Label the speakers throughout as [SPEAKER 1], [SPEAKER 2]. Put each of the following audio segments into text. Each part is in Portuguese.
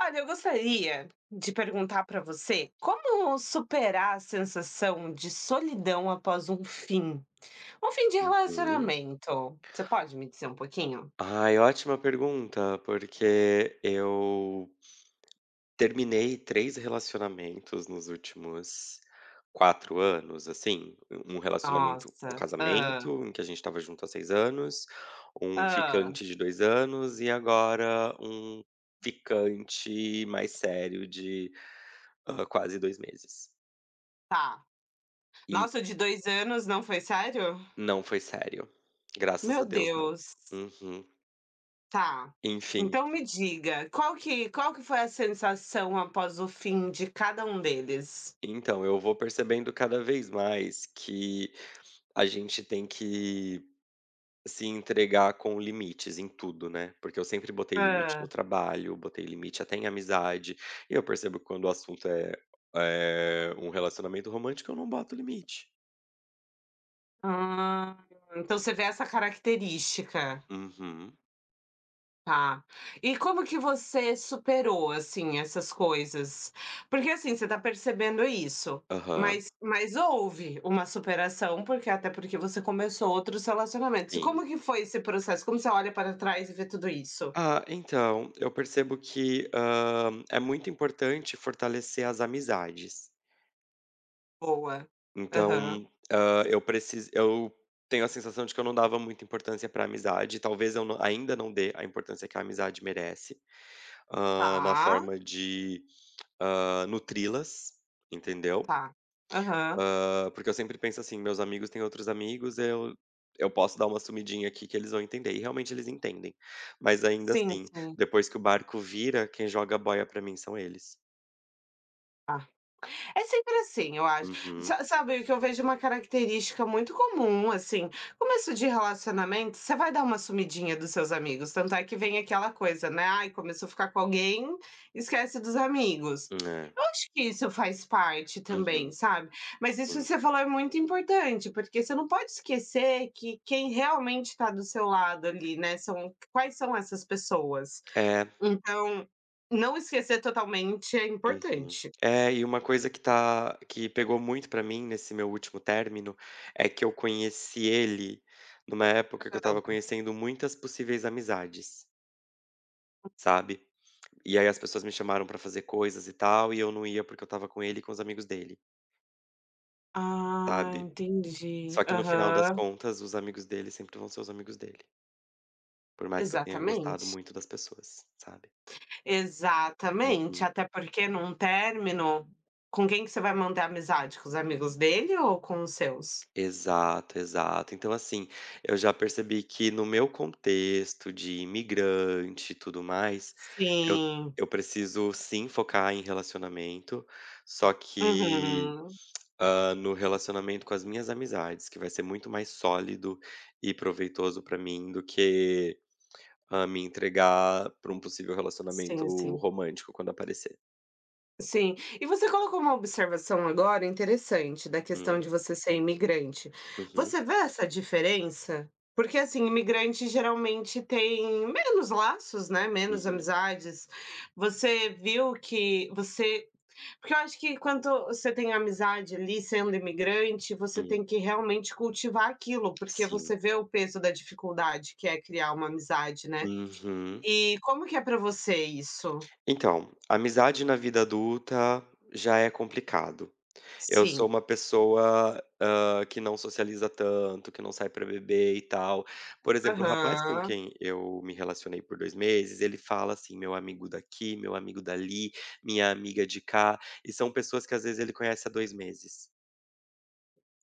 [SPEAKER 1] Olha, eu gostaria de perguntar para você como superar a sensação de solidão após um fim? Um fim de
[SPEAKER 2] Uhum.
[SPEAKER 1] relacionamento. Você pode me dizer um pouquinho?
[SPEAKER 2] Ai, ótima pergunta, porque eu terminei três relacionamentos nos últimos 4 anos, assim. Um relacionamento um
[SPEAKER 1] Nossa, ah,
[SPEAKER 2] casamento, em que a gente estava junto há 6 anos, um
[SPEAKER 1] ah,
[SPEAKER 2] ficante de 2 anos e agora um ficante mais sério de quase 2 meses.
[SPEAKER 1] tá.
[SPEAKER 2] E
[SPEAKER 1] Nossa, o de 2 anos não foi sério?
[SPEAKER 2] não foi sério, graças
[SPEAKER 1] Meu
[SPEAKER 2] a Deus não.
[SPEAKER 1] Deus,
[SPEAKER 2] Uhum.
[SPEAKER 1] tá.
[SPEAKER 2] Enfim,
[SPEAKER 1] Então me diga, qual que foi a sensação após o fim de cada um deles?
[SPEAKER 2] então eu vou percebendo cada vez mais que a gente tem que se entregar com limites em tudo, né, porque eu sempre botei limite no
[SPEAKER 1] Hã.
[SPEAKER 2] trabalho, botei limite até em amizade, e eu percebo que quando o assunto é um relacionamento romântico eu não boto limite.
[SPEAKER 1] Ah, então você vê essa característica.
[SPEAKER 2] Uhum.
[SPEAKER 1] Tá. E como que você superou, assim, essas coisas? Porque, assim, você tá percebendo isso,
[SPEAKER 2] Aham.
[SPEAKER 1] mas houve uma superação, porque até porque você começou outros relacionamentos.
[SPEAKER 2] Sim.
[SPEAKER 1] Como que foi esse processo? Como você olha para trás e vê tudo isso?
[SPEAKER 2] Ah, então, eu percebo que, é muito importante fortalecer as amizades.
[SPEAKER 1] Boa. Aham.
[SPEAKER 2] Então, eu tenho a sensação de que eu não dava muita importância pra amizade, talvez eu ainda não dê a importância que a amizade merece, na
[SPEAKER 1] Tá,
[SPEAKER 2] forma de nutri-las, entendeu?
[SPEAKER 1] tá. Aham.
[SPEAKER 2] Porque eu sempre penso assim: "Meus amigos têm outros amigos, eu posso dar uma sumidinha aqui que eles vão entender", e realmente eles entendem. Mas ainda
[SPEAKER 1] Sim,
[SPEAKER 2] assim,
[SPEAKER 1] sim.
[SPEAKER 2] depois que o barco vira, quem joga a boia pra mim são eles.
[SPEAKER 1] Tá. É sempre assim, eu acho.
[SPEAKER 2] Uhum.
[SPEAKER 1] Sa sabe o que eu vejo, uma característica muito comum, assim, começo de relacionamento, você vai dar uma sumidinha dos seus amigos, tanto é que vem aquela coisa, né: "Ai, começou a ficar com alguém, esquece dos amigos".
[SPEAKER 2] É.
[SPEAKER 1] Eu acho que isso faz parte também,
[SPEAKER 2] Uhum.
[SPEAKER 1] sabe. Mas isso que
[SPEAKER 2] Sim.
[SPEAKER 1] você falou é muito importante, porque você não pode esquecer que quem realmente está do seu lado ali, né, são, quais são essas pessoas.
[SPEAKER 2] É.
[SPEAKER 1] Então, não esquecer totalmente é
[SPEAKER 2] Uhum.
[SPEAKER 1] importante.
[SPEAKER 2] É, e uma coisa que pegou muito pra mim nesse meu último término, é que eu conheci ele numa época que eu estava conhecendo muitas possíveis amizades, sabe? E aí as pessoas me chamaram pra fazer coisas e tal, e eu não ia porque eu estava com ele e com os amigos dele,
[SPEAKER 1] Ah,
[SPEAKER 2] sabe.
[SPEAKER 1] entendi.
[SPEAKER 2] Só que no final das
[SPEAKER 1] Aham.
[SPEAKER 2] contas, os amigos dele sempre vão ser os amigos dele, por mais que eu tenha gostado
[SPEAKER 1] Exatamente,
[SPEAKER 2] muito das pessoas, sabe.
[SPEAKER 1] exatamente.
[SPEAKER 2] Uhum.
[SPEAKER 1] Até porque num término, com quem que você vai manter a amizade? Com os amigos dele ou com os seus?
[SPEAKER 2] Exato, exato. Então, assim, eu já percebi que no meu contexto de imigrante e tudo mais, eu,
[SPEAKER 1] Sim.
[SPEAKER 2] eu preciso sim focar em relacionamento, só que
[SPEAKER 1] Uhum.
[SPEAKER 2] no relacionamento com as minhas amizades, que vai ser muito mais sólido e proveitoso pra mim do que me entregar pra um possível
[SPEAKER 1] Sim,
[SPEAKER 2] relacionamento
[SPEAKER 1] sim.
[SPEAKER 2] romântico quando aparecer.
[SPEAKER 1] Sim. E você colocou uma observação agora interessante, da
[SPEAKER 2] Hum,
[SPEAKER 1] questão de você ser imigrante.
[SPEAKER 2] uhum,
[SPEAKER 1] Você vê essa diferença? Porque, assim, imigrante geralmente tem menos laços, né, menos
[SPEAKER 2] uhum,
[SPEAKER 1] amizades. Você viu que você, porque eu acho que quando você tem amizade ali, sendo imigrante, você tem
[SPEAKER 2] uhum,
[SPEAKER 1] que realmente cultivar aquilo, porque
[SPEAKER 2] sim.
[SPEAKER 1] você vê o peso da dificuldade que é criar uma amizade, né.
[SPEAKER 2] Uhum.
[SPEAKER 1] E como que é para você isso?
[SPEAKER 2] Então, amizade na vida adulta já é complicado. Eu sou
[SPEAKER 1] Sim.
[SPEAKER 2] uma pessoa, que não socializa tanto, que não sai pra beber e tal. Por exemplo, o rapaz com
[SPEAKER 1] Aham.
[SPEAKER 2] quem eu me relacionei por 2 meses, ele fala assim: "Meu amigo daqui, meu amigo dali, minha amiga de cá", e são pessoas que às vezes ele conhece há 2 meses.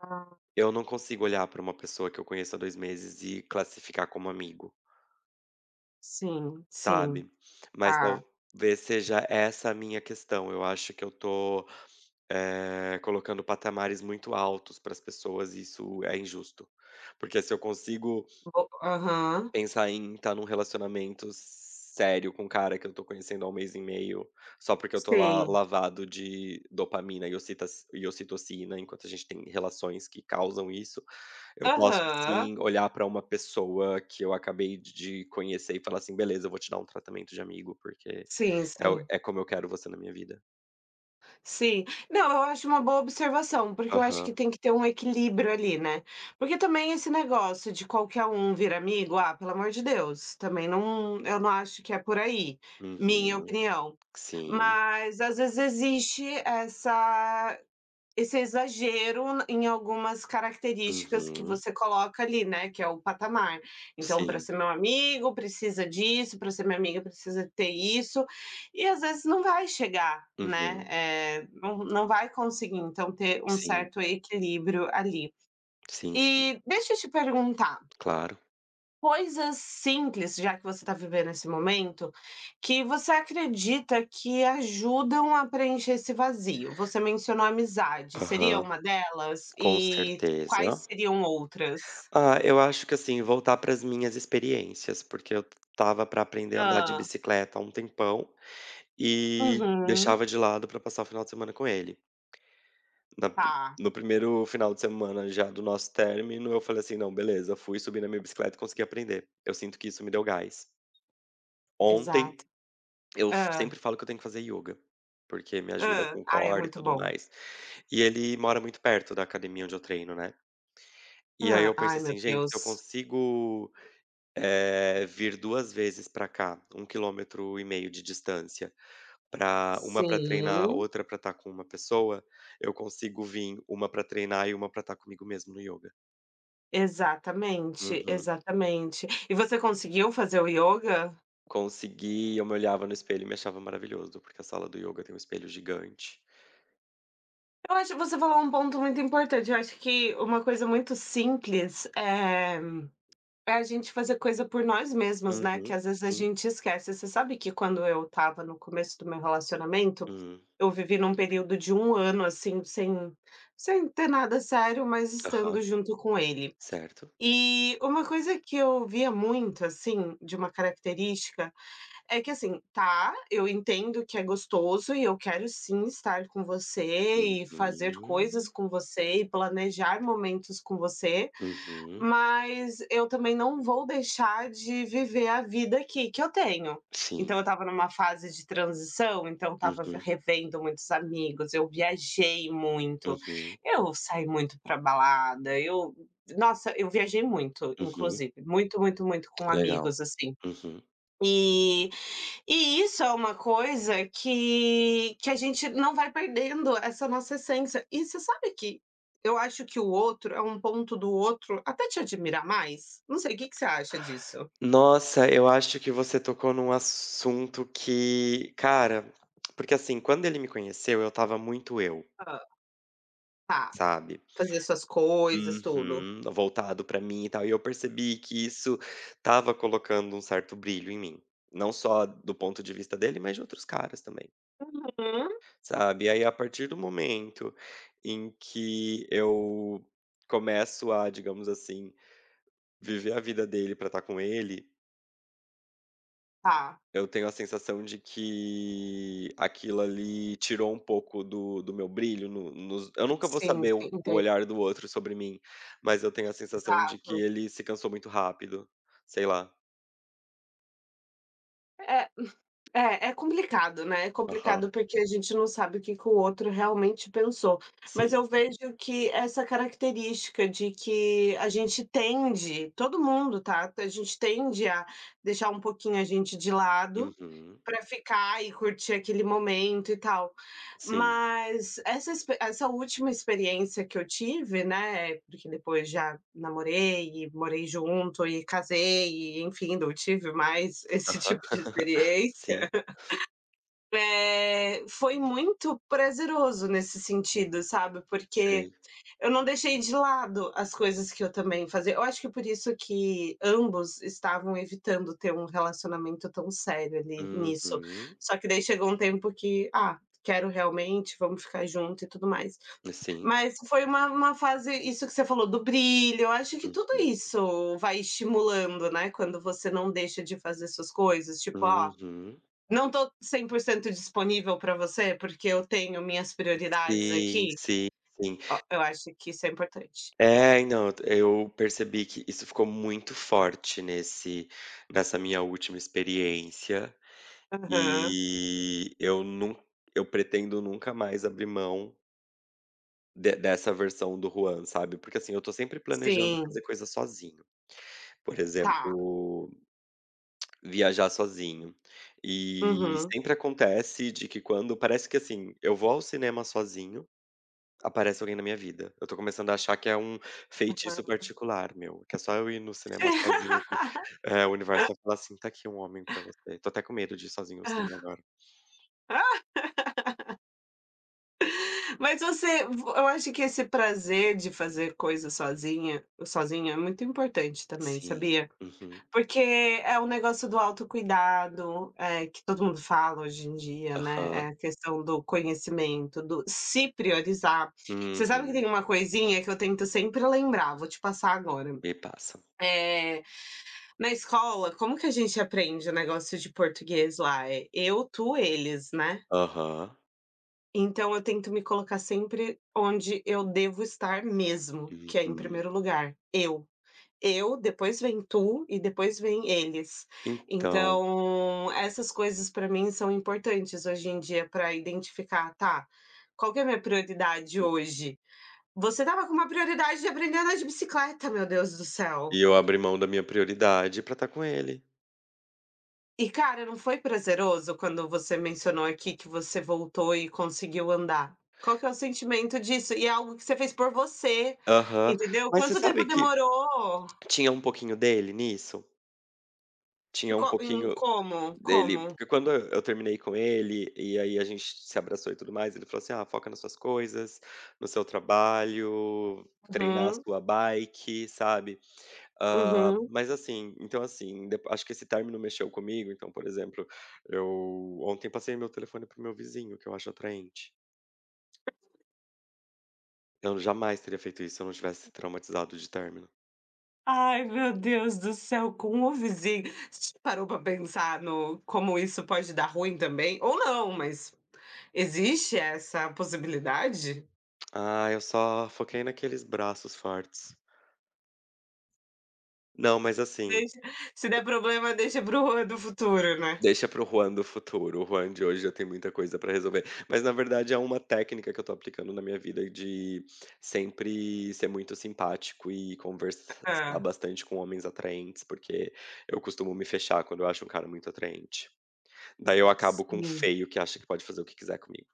[SPEAKER 1] Ah.
[SPEAKER 2] Eu não consigo olhar pra uma pessoa que eu conheço há 2 meses e classificar como amigo.
[SPEAKER 1] Sim, sim,
[SPEAKER 2] Sabe? Mas
[SPEAKER 1] tá.
[SPEAKER 2] talvez seja essa a minha questão, eu acho que eu tô colocando patamares muito altos para as pessoas e isso é injusto. Porque se eu consigo
[SPEAKER 1] Vo Aham.
[SPEAKER 2] pensar em estar num relacionamento sério com um cara que eu tô conhecendo há um mês e meio, só porque eu tô lá
[SPEAKER 1] Sim.
[SPEAKER 2] lavado de dopamina e ocitas e ocitocina, enquanto a gente tem relações que causam isso, eu posso
[SPEAKER 1] Aham.
[SPEAKER 2] sim olhar pra uma pessoa que eu acabei de conhecer e falar assim: "Beleza, eu vou te dar um tratamento de amigo, porque
[SPEAKER 1] Sim,
[SPEAKER 2] é o
[SPEAKER 1] sim.
[SPEAKER 2] é como eu quero você na minha vida".
[SPEAKER 1] Sim. Não, eu acho uma boa observação, porque eu acho que
[SPEAKER 2] Aham.
[SPEAKER 1] tem que ter um equilíbrio ali, né. Porque também esse negócio de qualquer um vira amigo, ah, pelo amor de Deus, também não, eu não acho que é por aí, minha
[SPEAKER 2] Uhum.
[SPEAKER 1] opinião.
[SPEAKER 2] Sim.
[SPEAKER 1] Mas às vezes existe essa, esse exagero em algumas características que
[SPEAKER 2] Uhum.
[SPEAKER 1] você coloca ali, né, que é o patamar. Então, para
[SPEAKER 2] Sim.
[SPEAKER 1] ser meu amigo, precisa disso, para ser minha amiga, precisa ter isso, e às vezes não vai chegar, né,
[SPEAKER 2] Uhum.
[SPEAKER 1] eh, não vai conseguir, então ter um
[SPEAKER 2] Sim.
[SPEAKER 1] certo equilíbrio ali.
[SPEAKER 2] Sim, sim.
[SPEAKER 1] E deixa eu te perguntar,
[SPEAKER 2] Claro.
[SPEAKER 1] coisas simples, já que você está vivendo esse momento, que você acredita que ajudam a preencher esse vazio. Você mencionou amizade, seria
[SPEAKER 2] Aham.
[SPEAKER 1] uma delas?
[SPEAKER 2] Com
[SPEAKER 1] E
[SPEAKER 2] certeza.
[SPEAKER 1] quais seriam outras?
[SPEAKER 2] Ah, eu acho que, assim, voltar para as minhas experiências, porque eu tava para aprender a andar de
[SPEAKER 1] Hã.
[SPEAKER 2] bicicleta há um tempão e
[SPEAKER 1] Uhum.
[SPEAKER 2] deixava de lado para passar o final de semana com ele. Na
[SPEAKER 1] Tá,
[SPEAKER 2] no primeiro final de semana já do nosso término, eu falei assim: não, beleza, fui subir na minha bicicleta e consegui aprender. Eu sinto que isso me deu gás.
[SPEAKER 1] exato.
[SPEAKER 2] Ontem,
[SPEAKER 1] Hã,
[SPEAKER 2] sempre falo que eu tenho que fazer yoga, porque me ajuda
[SPEAKER 1] hã.
[SPEAKER 2] com
[SPEAKER 1] Ai, é
[SPEAKER 2] core e
[SPEAKER 1] muito
[SPEAKER 2] tudo
[SPEAKER 1] bom.
[SPEAKER 2] mais. E ele mora muito perto da academia onde eu treino, né? E aí
[SPEAKER 1] Hã.
[SPEAKER 2] eu penso
[SPEAKER 1] Ai, meu
[SPEAKER 2] assim, gente, se eu
[SPEAKER 1] Deus.
[SPEAKER 2] consigo vir 2 vezes para cá, 1,5 km de distância, para uma para treinar,
[SPEAKER 1] Sim,
[SPEAKER 2] outra para estar com uma pessoa, eu consigo vir uma para treinar e uma para estar comigo mesmo no yoga.
[SPEAKER 1] exatamente,
[SPEAKER 2] Uhum.
[SPEAKER 1] exatamente. E você conseguiu fazer o ioga?
[SPEAKER 2] Consegui, eu me olhava no espelho e me achava maravilhoso, porque a sala do yoga tem um espelho gigante.
[SPEAKER 1] Eu acho que você falou um ponto muito importante, eu acho que uma coisa muito simples, eh, é a gente fazer coisa por nós mesmos, né, que
[SPEAKER 2] Uhum,
[SPEAKER 1] às vezes a
[SPEAKER 2] sim.
[SPEAKER 1] gente esquece. Você sabe que quando eu estava no começo do meu relacionamento,
[SPEAKER 2] Hum.
[SPEAKER 1] eu vivi num período de 1 ano, assim, sem sem ter nada sério, mas
[SPEAKER 2] Aham,
[SPEAKER 1] estando junto com ele.
[SPEAKER 2] certo.
[SPEAKER 1] E uma coisa que eu via muito, assim, de uma característica, é que, assim, tá, eu entendo que é gostoso e eu quero sim estar com você e fazer coisas
[SPEAKER 2] Uhum,
[SPEAKER 1] com você e planejar momentos com você,
[SPEAKER 2] uhum,
[SPEAKER 1] mas eu também não vou deixar de viver a vida aqui que eu tenho. Então eu
[SPEAKER 2] sim.
[SPEAKER 1] estava numa fase de transição, então eu estava
[SPEAKER 2] Uhum,
[SPEAKER 1] revendo muitos amigos, eu viajei muito,
[SPEAKER 2] uhum,
[SPEAKER 1] eu saí muito para balada, eu, nossa, eu viajei muito,
[SPEAKER 2] uhum.
[SPEAKER 1] inclusive, muito, muito, muito com
[SPEAKER 2] Legal.
[SPEAKER 1] amigos, assim.
[SPEAKER 2] Uhum.
[SPEAKER 1] E e isso é uma coisa que a gente não vai perdendo essa nossa essência. E você sabe que eu acho que o outro é um ponto do outro até te admirar mais? Não sei, o que que você acha disso?
[SPEAKER 2] Nossa, eu acho que você tocou num assunto que, cara, porque, assim, quando ele me conheceu, eu estava muito eu,
[SPEAKER 1] Hã. Tá,
[SPEAKER 2] sabe.
[SPEAKER 1] fazer suas coisas, tudo.
[SPEAKER 2] Uhum. Voltado pra mim e tal, e eu percebi que isso estava colocando um certo brilho em mim. Não só do ponto de vista dele, mas de outros caras também,
[SPEAKER 1] Uhum.
[SPEAKER 2] sabe. E aí, a partir do momento em que eu começo a, digamos assim, viver a vida dele pra estar com ele,
[SPEAKER 1] Tá.
[SPEAKER 2] eu tenho a sensação de que aquilo ali tirou um pouco do meu brilho. No nos eu nunca vou
[SPEAKER 1] Sim,
[SPEAKER 2] saber o
[SPEAKER 1] sim,
[SPEAKER 2] o
[SPEAKER 1] entendi.
[SPEAKER 2] olhar do outro sobre mim, mas eu tenho a sensação de que
[SPEAKER 1] Exato.
[SPEAKER 2] ele se cansou muito rápido, sei lá.
[SPEAKER 1] É, é complicado, né, é
[SPEAKER 2] Aham.
[SPEAKER 1] complicado porque a gente não sabe o que que o outro realmente pensou. Mas eu
[SPEAKER 2] Sim.
[SPEAKER 1] vejo que essa característica de que a gente tende, todo mundo, tá, a gente tende a deixar um pouquinho a gente de lado,
[SPEAKER 2] Uhum.
[SPEAKER 1] para ficar e curtir aquele momento e tal.
[SPEAKER 2] Sim.
[SPEAKER 1] Mas essa expe essa última experiência que eu tive, né, porque depois já namorei e morei junto e casei e enfim, não tive mais esse
[SPEAKER 2] Aham.
[SPEAKER 1] tipo de
[SPEAKER 2] Sim,
[SPEAKER 1] experiência. Eh, foi muito prazeroso nesse sentido, sabe, porque
[SPEAKER 2] sei.
[SPEAKER 1] eu não deixei de lado as coisas que eu também fazia. Eu acho que é por isso que ambos estavam evitando ter um relacionamento tão sério ali nisso.
[SPEAKER 2] Uhum.
[SPEAKER 1] Só que daí chegou um tempo que: "Ah, quero realmente, vamos ficar junto e tudo mais".
[SPEAKER 2] Sim.
[SPEAKER 1] Mas foi uma fase, isso que você falou do brilho, eu acho que tudo
[SPEAKER 2] Uhum.
[SPEAKER 1] isso vai estimulando, né, quando você não deixa de fazer suas coisas, tipo: "Ó,
[SPEAKER 2] Uhum.
[SPEAKER 1] não estou 100% disponível para você, porque eu tenho minhas prioridades
[SPEAKER 2] Sim,
[SPEAKER 1] aqui.
[SPEAKER 2] sim, sim.
[SPEAKER 1] Ó, eu acho que isso é importante".
[SPEAKER 2] É, não, eu percebi que isso ficou muito forte nesse nessa minha última experiência.
[SPEAKER 1] Aham.
[SPEAKER 2] E eu pretendo nunca mais abrir mão de dessa versão do Juan, sabe, porque, assim, eu tô sempre planejando
[SPEAKER 1] Sim.
[SPEAKER 2] fazer coisa sozinho, por
[SPEAKER 1] Tá.
[SPEAKER 2] exemplo, viajar sozinho. E
[SPEAKER 1] Uhum,
[SPEAKER 2] sempre acontece de que, quando parece que, assim, eu vou ao cinema sozinho, aparece alguém na minha vida. Eu tô começando a achar que é um feitiço
[SPEAKER 1] aham.
[SPEAKER 2] particular meu, que é só eu ir no cinema sozinho que, o universo vai falar assim: "Tá aqui um homem pra você". Tô até com medo de ir sozinho no cinema agora.
[SPEAKER 1] Mas você vo, eu acho que esse prazer de fazer coisa sozinha, sozinha, é muito importante também,
[SPEAKER 2] Sim.
[SPEAKER 1] sabia?
[SPEAKER 2] Uhum.
[SPEAKER 1] Porque é o negócio do autocuidado, eh, que todo mundo fala hoje em dia, né, é
[SPEAKER 2] Aham.
[SPEAKER 1] a questão do conhecimento, do se priorizar. Você sabe que tem
[SPEAKER 2] Uhum,
[SPEAKER 1] uma coisinha que eu tento sempre lembrar, vou te passar agora.
[SPEAKER 2] me passa.
[SPEAKER 1] Eh, na escola, como que a gente aprende o negócio de português lá? É eu, tu, eles, né.
[SPEAKER 2] Aham.
[SPEAKER 1] Então eu tento me colocar sempre onde eu devo estar mesmo, que é em
[SPEAKER 2] Uhum.
[SPEAKER 1] primeiro lugar, eu. Eu, depois vem tu e depois vem eles.
[SPEAKER 2] Então
[SPEAKER 1] Então, essas coisas para mim são importantes hoje em dia para identificar: "Tá, qual que é a minha prioridade hoje?". Você tava com uma prioridade de aprender a andar de bicicleta, meu Deus do céu.
[SPEAKER 2] e eu abri mão da minha prioridade pra estar com ele.
[SPEAKER 1] E, cara, não foi prazeroso quando você mencionou aqui que você voltou e conseguiu andar? Qual que é o sentimento disso? E é algo que você fez por você,
[SPEAKER 2] Aham.
[SPEAKER 1] entendeu?
[SPEAKER 2] Mas você
[SPEAKER 1] Quanto tempo
[SPEAKER 2] sabe que
[SPEAKER 1] demorou?
[SPEAKER 2] tinha um pouquinho dele nisso?
[SPEAKER 1] E
[SPEAKER 2] Tinha um
[SPEAKER 1] co em
[SPEAKER 2] pouquinho
[SPEAKER 1] como?
[SPEAKER 2] dele,
[SPEAKER 1] Como?
[SPEAKER 2] porque quando eu terminei com ele, e aí a gente se abraçou e tudo mais, ele falou assim: "Ah, foca nas suas coisas, no seu trabalho, treinar a
[SPEAKER 1] Uhum,
[SPEAKER 2] sua bike", sabe? Ah,
[SPEAKER 1] uhum.
[SPEAKER 2] mas, assim, então, assim, dep acho que esse término mexeu comigo, então, por exemplo, eu ontem passei meu telefone pro meu vizinho, que eu acho atraente. Eu jamais teria feito isso se eu não tivesse traumatizado de término.
[SPEAKER 1] Ai, meu Deus do céu, com o vizinho, você parou para pensar no como isso pode dar ruim também? Ou não, mas existe essa possibilidade?
[SPEAKER 2] Ah, eu só foquei naqueles braços fortes. Não, mas, assim.
[SPEAKER 1] Deixa, se der problema, deixa para o do futuro, né.
[SPEAKER 2] Deixa para o Juan do futuro, o Juan de hoje já tem muita coisa para resolver. Mas, na verdade, é uma técnica que eu estou aplicando na minha vida, de sempre ser muito simpático e conversar
[SPEAKER 1] Ah,
[SPEAKER 2] bastante com homens atraentes, porque eu costumo me fechar quando eu acho um cara muito atraente. Daí eu acabo com um
[SPEAKER 1] sim.
[SPEAKER 2] feio que acha que pode fazer o que quiser comigo.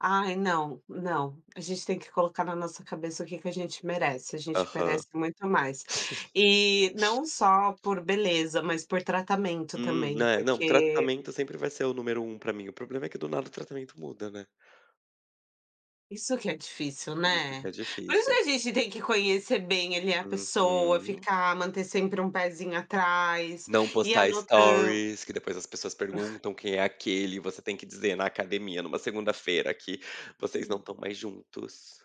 [SPEAKER 1] Ai, não, não. A gente tem que colocar na nossa cabeça o que que a gente merece. A gente
[SPEAKER 2] Aham.
[SPEAKER 1] merece muito mais. E não só por beleza, mas por tratamento também,
[SPEAKER 2] É, não,
[SPEAKER 1] porque,
[SPEAKER 2] tratamento sempre vai ser o número um para mim, o problema é que do nada o tratamento muda, né.
[SPEAKER 1] isso que é difícil,
[SPEAKER 2] Isso
[SPEAKER 1] né.
[SPEAKER 2] que é
[SPEAKER 1] Por isso que
[SPEAKER 2] difícil.
[SPEAKER 1] a gente tem que conhecer bem ali a pessoa,
[SPEAKER 2] Uhum.
[SPEAKER 1] ficar, manter sempre um pezinho atrás,
[SPEAKER 2] Não
[SPEAKER 1] ir
[SPEAKER 2] postar
[SPEAKER 1] anotando
[SPEAKER 2] stories, que depois as pessoas perguntam quem é aquele, e você tem que dizer na academia, numa segunda-feira, que vocês não estão mais juntos.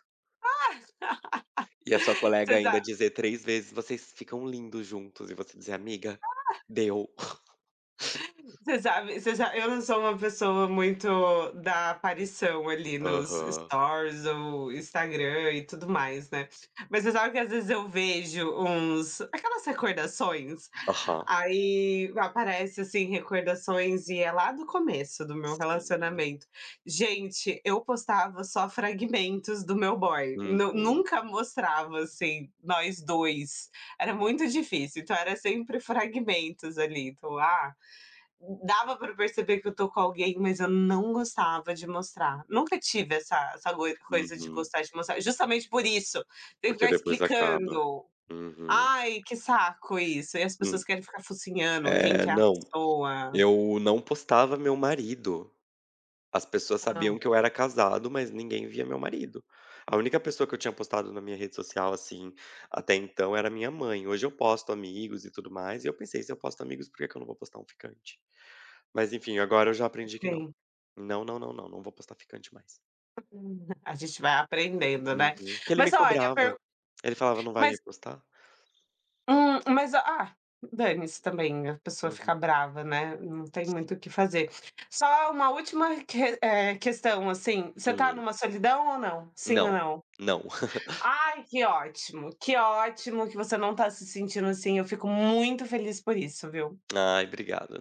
[SPEAKER 2] E a sua colega
[SPEAKER 1] esses.
[SPEAKER 2] ainda dizer 3 vezes: "Vocês ficam lindos juntos", e você dizer: "Amiga, deu".
[SPEAKER 1] Você sabe, você já, eu não sou uma pessoa muito da aparição ali nos
[SPEAKER 2] Aham,
[SPEAKER 1] stories ou Instagram e tudo mais, né. Mas você sabe que às vezes eu vejo uns, aquelas recordações,
[SPEAKER 2] aham.
[SPEAKER 1] aí aparece, assim, recordações e é lá do começo do meu
[SPEAKER 2] Sim.
[SPEAKER 1] relacionamento. Gente, eu postava só fragmentos do meu boy, nu
[SPEAKER 2] Uhum,
[SPEAKER 1] nunca mostrava, assim, nós 2 era muito difícil, então era sempre fragmentos ali, então, ah, dava pra perceber que eu tô com alguém, mas eu não gostava de mostrar. Nunca tive essa essa goi coisa de
[SPEAKER 2] uhum.
[SPEAKER 1] gostar de mostrar, justamente por isso, tem que
[SPEAKER 2] Porque
[SPEAKER 1] ficar
[SPEAKER 2] depois acaba.
[SPEAKER 1] explicando.
[SPEAKER 2] Uhum.
[SPEAKER 1] Ai, que saco isso, e as
[SPEAKER 2] Hum.
[SPEAKER 1] pessoas querem ficar focinhando quem
[SPEAKER 2] É,
[SPEAKER 1] que é a
[SPEAKER 2] não,
[SPEAKER 1] pessoa.
[SPEAKER 2] eu não postava meu marido. As pessoas sabiam
[SPEAKER 1] Ah,
[SPEAKER 2] que eu era casado, mas ninguém via meu marido. A única pessoa que eu tinha postado na minha rede social, assim, até então, era minha mãe. Hoje eu posto amigos e tudo mais, e eu pensei, se eu posto amigos, por que que eu não vou postar um ficante? Mas, enfim, agora eu já aprendi que não.
[SPEAKER 1] sim,
[SPEAKER 2] Não, não, não, não, não vou postar ficante mais.
[SPEAKER 1] a gente vai aprendendo, né.
[SPEAKER 2] Uhum. Que ele me
[SPEAKER 1] Mas olha,
[SPEAKER 2] cobrava.
[SPEAKER 1] per
[SPEAKER 2] Ele falava: "Não vai
[SPEAKER 1] mas
[SPEAKER 2] me postar?"
[SPEAKER 1] Mas ah, dane-se também, a pessoa fica
[SPEAKER 2] Uhum.
[SPEAKER 1] brava, né, não tem muito
[SPEAKER 2] Sim.
[SPEAKER 1] o que fazer. Só uma última, que eh, questão, assim, você tá
[SPEAKER 2] Hum,
[SPEAKER 1] numa solidão ou não? Sim ou
[SPEAKER 2] não,
[SPEAKER 1] não?
[SPEAKER 2] não.
[SPEAKER 1] Ai, que ótimo, que ótimo que você não tá se sentindo assim, eu fico muito feliz por isso, viu.
[SPEAKER 2] Ai, obrigado.